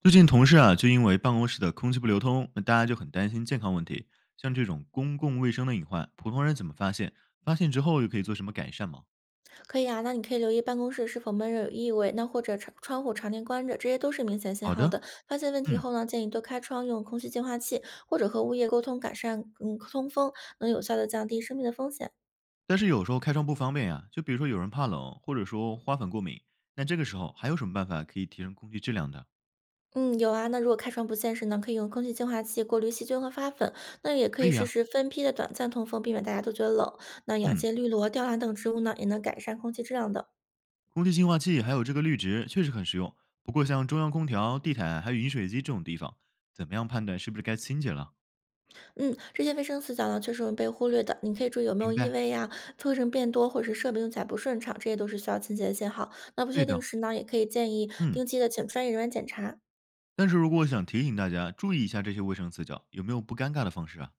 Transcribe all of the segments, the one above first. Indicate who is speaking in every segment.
Speaker 1: 最近同事啊，就因为办公室的空气不流通，那大家就很担心健康问题。像这种公共卫生的隐患，普通人怎么发现？发现之后又可以做什么改善吗？
Speaker 2: 可以啊，那你可以留意办公室是否闷热有异味，那或者窗户常年关着，这些都是明显信
Speaker 1: 好
Speaker 2: 号
Speaker 1: 的。
Speaker 2: 的。发现问题
Speaker 1: 嗯。
Speaker 2: 后呢，建议多开窗，用空气净化器，或者和物业沟通改善通风，能有效的降低生病的风险。
Speaker 1: 但是有时候开窗不方便呀、就比如说有人怕冷，或者说花粉过敏，那这个时候还有什么办法可以提升空气质量的？
Speaker 2: 嗯，有啊。那如果开窗不现实呢，可以用空气净化器过滤细菌和花粉。那也可
Speaker 1: 可
Speaker 2: 以
Speaker 1: 以
Speaker 2: 试
Speaker 1: 呀、
Speaker 2: 试分批的短暂通风，避免大家都觉得冷。那养
Speaker 1: 嗯，
Speaker 2: 些绿萝、吊兰等植物呢，也能改善空气质量的。
Speaker 1: 空气净化器还有这个绿植确实很实用。不过像中央空调、地毯还有饮水机这种地方，怎么样判断是不是该清洁了？
Speaker 2: 嗯，这些卫生死角呢，确实容易被忽略的。你可以注意有没有
Speaker 1: 明
Speaker 2: 异
Speaker 1: 白，
Speaker 2: 味呀、灰尘变多，或者是设备用起来不顺畅，这些都是需要清洁的信号。那不确
Speaker 1: 对
Speaker 2: 定
Speaker 1: 的。
Speaker 2: 时呢，也可以建议
Speaker 1: 嗯。
Speaker 2: 定期的请专业人员检查。
Speaker 1: 但是如果我想提醒大家注意一下这些卫生死角，有没有不尴尬的方式啊？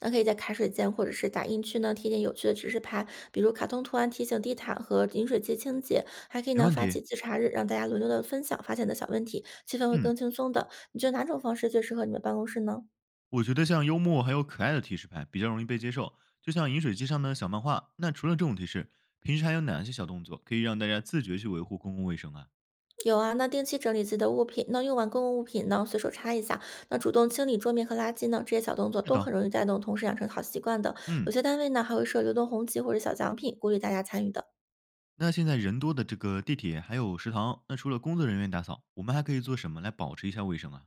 Speaker 2: 那可以在茶水间或者是打印区呢贴点有趣的指示牌，比如卡通图案提醒地毯和饮水机清洁。还可以
Speaker 1: 没
Speaker 2: 呢
Speaker 1: 问
Speaker 2: 发
Speaker 1: 题。
Speaker 2: 起自查日，让大家轮流的分享发现的小问题，气氛会
Speaker 1: 嗯，
Speaker 2: 更轻松的。你觉得哪种方式最适合你们办公室呢？
Speaker 1: 我觉得像幽默还有可爱的提示牌比较容易被接受，就像饮水机上的小漫画。那除了这种提示，平时还有哪些小动作可以让大家自觉去维护公共卫生啊？
Speaker 2: 有啊，那定期整理自己的物品，那用完公共物品呢，随手擦一下，那主动清理桌面和垃圾呢，这些小动作
Speaker 1: 是
Speaker 2: 都
Speaker 1: 的。
Speaker 2: 很容易带动同事养成好习惯的。有
Speaker 1: 嗯。
Speaker 2: 些单位呢还会设流动红旗或者小奖品，鼓励大家参与的。
Speaker 1: 那现在人多的这个地铁还有食堂，那除了工作人员打扫，我们还可以做什么来保持一下卫生啊？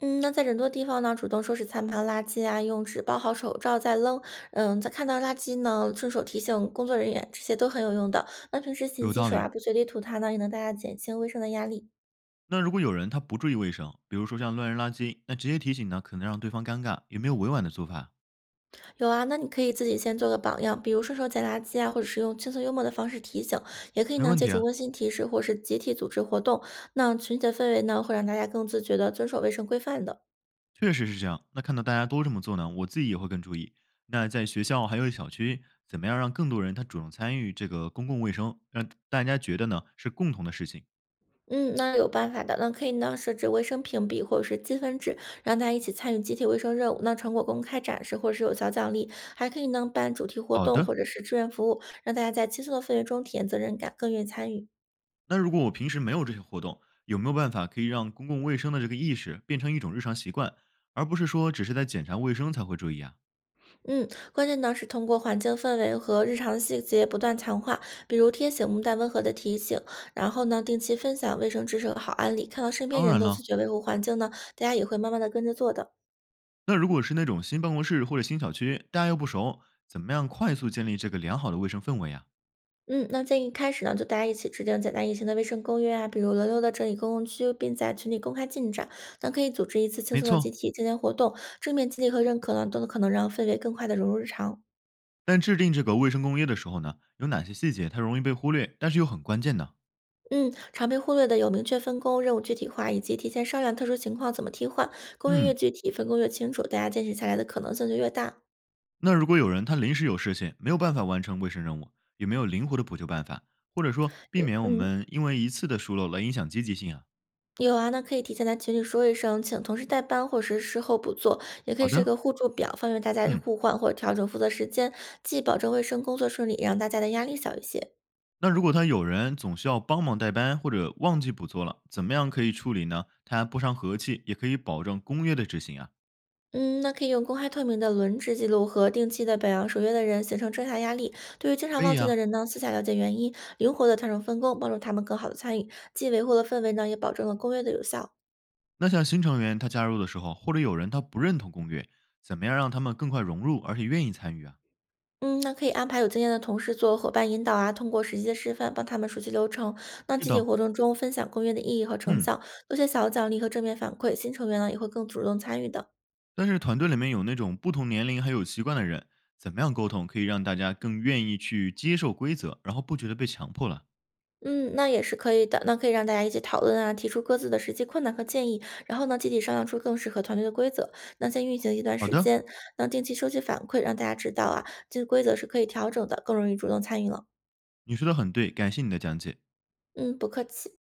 Speaker 2: 嗯，那在人多地方呢，主动收拾餐盘、垃圾啊，用纸包好手罩再扔。嗯，在看到垃圾呢，顺手提醒工作人员，这些都很有用的。那平时勤
Speaker 1: 有
Speaker 2: 洗
Speaker 1: 道
Speaker 2: 手
Speaker 1: 理。
Speaker 2: 啊，不随地吐痰呢，也能大大减轻卫生的压力。
Speaker 1: 那如果有人他不注意卫生，比如说像乱扔垃圾，那直接提醒呢，可能让对方尴尬，有没有委婉的做法啊？
Speaker 2: 有啊，那你可以自己先做个榜样，比如顺手捡垃圾啊，或者是用轻松幽默的方式提醒，也可以
Speaker 1: 没
Speaker 2: 呢
Speaker 1: 问
Speaker 2: 借
Speaker 1: 题
Speaker 2: 助
Speaker 1: 啊。
Speaker 2: 温馨提示或是集体组织活动，那群体的氛围呢会让大家更自觉的遵守卫生规范的。
Speaker 1: 确实是这样。那看到大家都这么做呢，我自己也会更注意。那在学校还有小区，怎么样让更多人他主动参与这个公共卫生，让大家觉得呢是共同的事情？
Speaker 2: 嗯，那有办法的，那可以呢设置卫生评比或者是积分制，让大家一起参与集体卫生任务，那成果公开展示或者是有小奖励，还可以呢办主题活
Speaker 1: 好
Speaker 2: 动
Speaker 1: 的，
Speaker 2: 或者是志愿服务，让大家在轻松的氛围中体验责任感，更愿意参与。
Speaker 1: 那如果我平时没有这些活动，有没有办法可以让公共卫生的这个意识变成一种日常习惯，而不是说只是在检查卫生才会注意啊？
Speaker 2: 嗯，关键呢是通过环境氛围和日常细节不断强化，比如贴醒目带温和的提醒，然后呢定期分享卫生知识和好案例，看到身边
Speaker 1: 当
Speaker 2: 人
Speaker 1: 然
Speaker 2: 都自
Speaker 1: 了，
Speaker 2: 觉维护环境呢，大家也会慢慢的跟着做的。
Speaker 1: 那如果是那种新办公室或者新小区，大家又不熟，怎么样快速建立这个良好的卫生氛围啊？
Speaker 2: 嗯，那建议开始呢，就大家一起制定简单易行的卫生公约啊，比如轮流的整理公共区，并在群里公开进展。那可以组织一次轻
Speaker 1: 没
Speaker 2: 松的集
Speaker 1: 错，
Speaker 2: 体健活动，正面激励和认可呢，都可能让氛围更快的融入日常。
Speaker 1: 但制定这个卫生公约的时候呢，有哪些细节它容易被忽略，但是又很关键呢？
Speaker 2: 嗯，常被忽略的有明确分工、任务具体化，以及提前商量特殊情况怎么替换。工作越
Speaker 1: 嗯。
Speaker 2: 具体，分工越清楚，大家坚持下来的可能性就越大。
Speaker 1: 那如果有人他临时有事情，没有办法完成卫生任务，有没有灵活的补救办法，或者说避
Speaker 2: 有
Speaker 1: 免我
Speaker 2: 嗯，
Speaker 1: 们因为一次的疏漏来影响积极性啊？
Speaker 2: 有啊，那可以提前在群里说一声，请同事代班，或是事后补做，也可以
Speaker 1: 好
Speaker 2: 设
Speaker 1: 的。
Speaker 2: 个互助表，方便大家
Speaker 1: 嗯。
Speaker 2: 互换或者调整负责时间，既保证卫生工作顺利，也让大家的压力小一些。
Speaker 1: 那如果他有人总需要帮忙代班或者忘记补做了，怎么样可以处理呢？他不伤和气，也可以保证公约的执行啊。
Speaker 2: 嗯，那可以用公开透明的轮值记录和定期的表扬守约的人，形成正向压力。对于经常
Speaker 1: 可
Speaker 2: 忘
Speaker 1: 以
Speaker 2: 记的
Speaker 1: 啊。
Speaker 2: 人呢，私下了解原因，灵活的调整分工，帮助他们更好的参与，既维护了氛围呢，也保证了公约的有效。
Speaker 1: 那像新成员他加入的时候，或者有人他不认同公约，怎么样让他们更快融入而且愿意参与啊？
Speaker 2: 嗯，那可以安排有经验的同事做伙伴引导啊，通过实际的示范帮他们熟悉流程。那
Speaker 1: 是
Speaker 2: 集体
Speaker 1: 的。
Speaker 2: 活动中分享公约的意义和成
Speaker 1: 嗯。
Speaker 2: 效，多些小奖励和正面反馈，新成员呢也会更主动参与的。
Speaker 1: 但是团队里面有那种不同年龄还有习惯的人，怎么样沟通可以让大家更愿意去接受规则，然后不觉得被强迫了？
Speaker 2: 嗯，那也是可以的，那可以让大家一起讨论啊，提出各自的实际困难和建议，然后呢，集体商量出更适合团队的规则。那先运行一段
Speaker 1: 好
Speaker 2: 时
Speaker 1: 的，
Speaker 2: 间，那定期收集反馈，让大家知道啊，这个规则是可以调整的，更容易主动参与了。
Speaker 1: 你说的很对，感谢你的讲解。
Speaker 2: 嗯，不客气。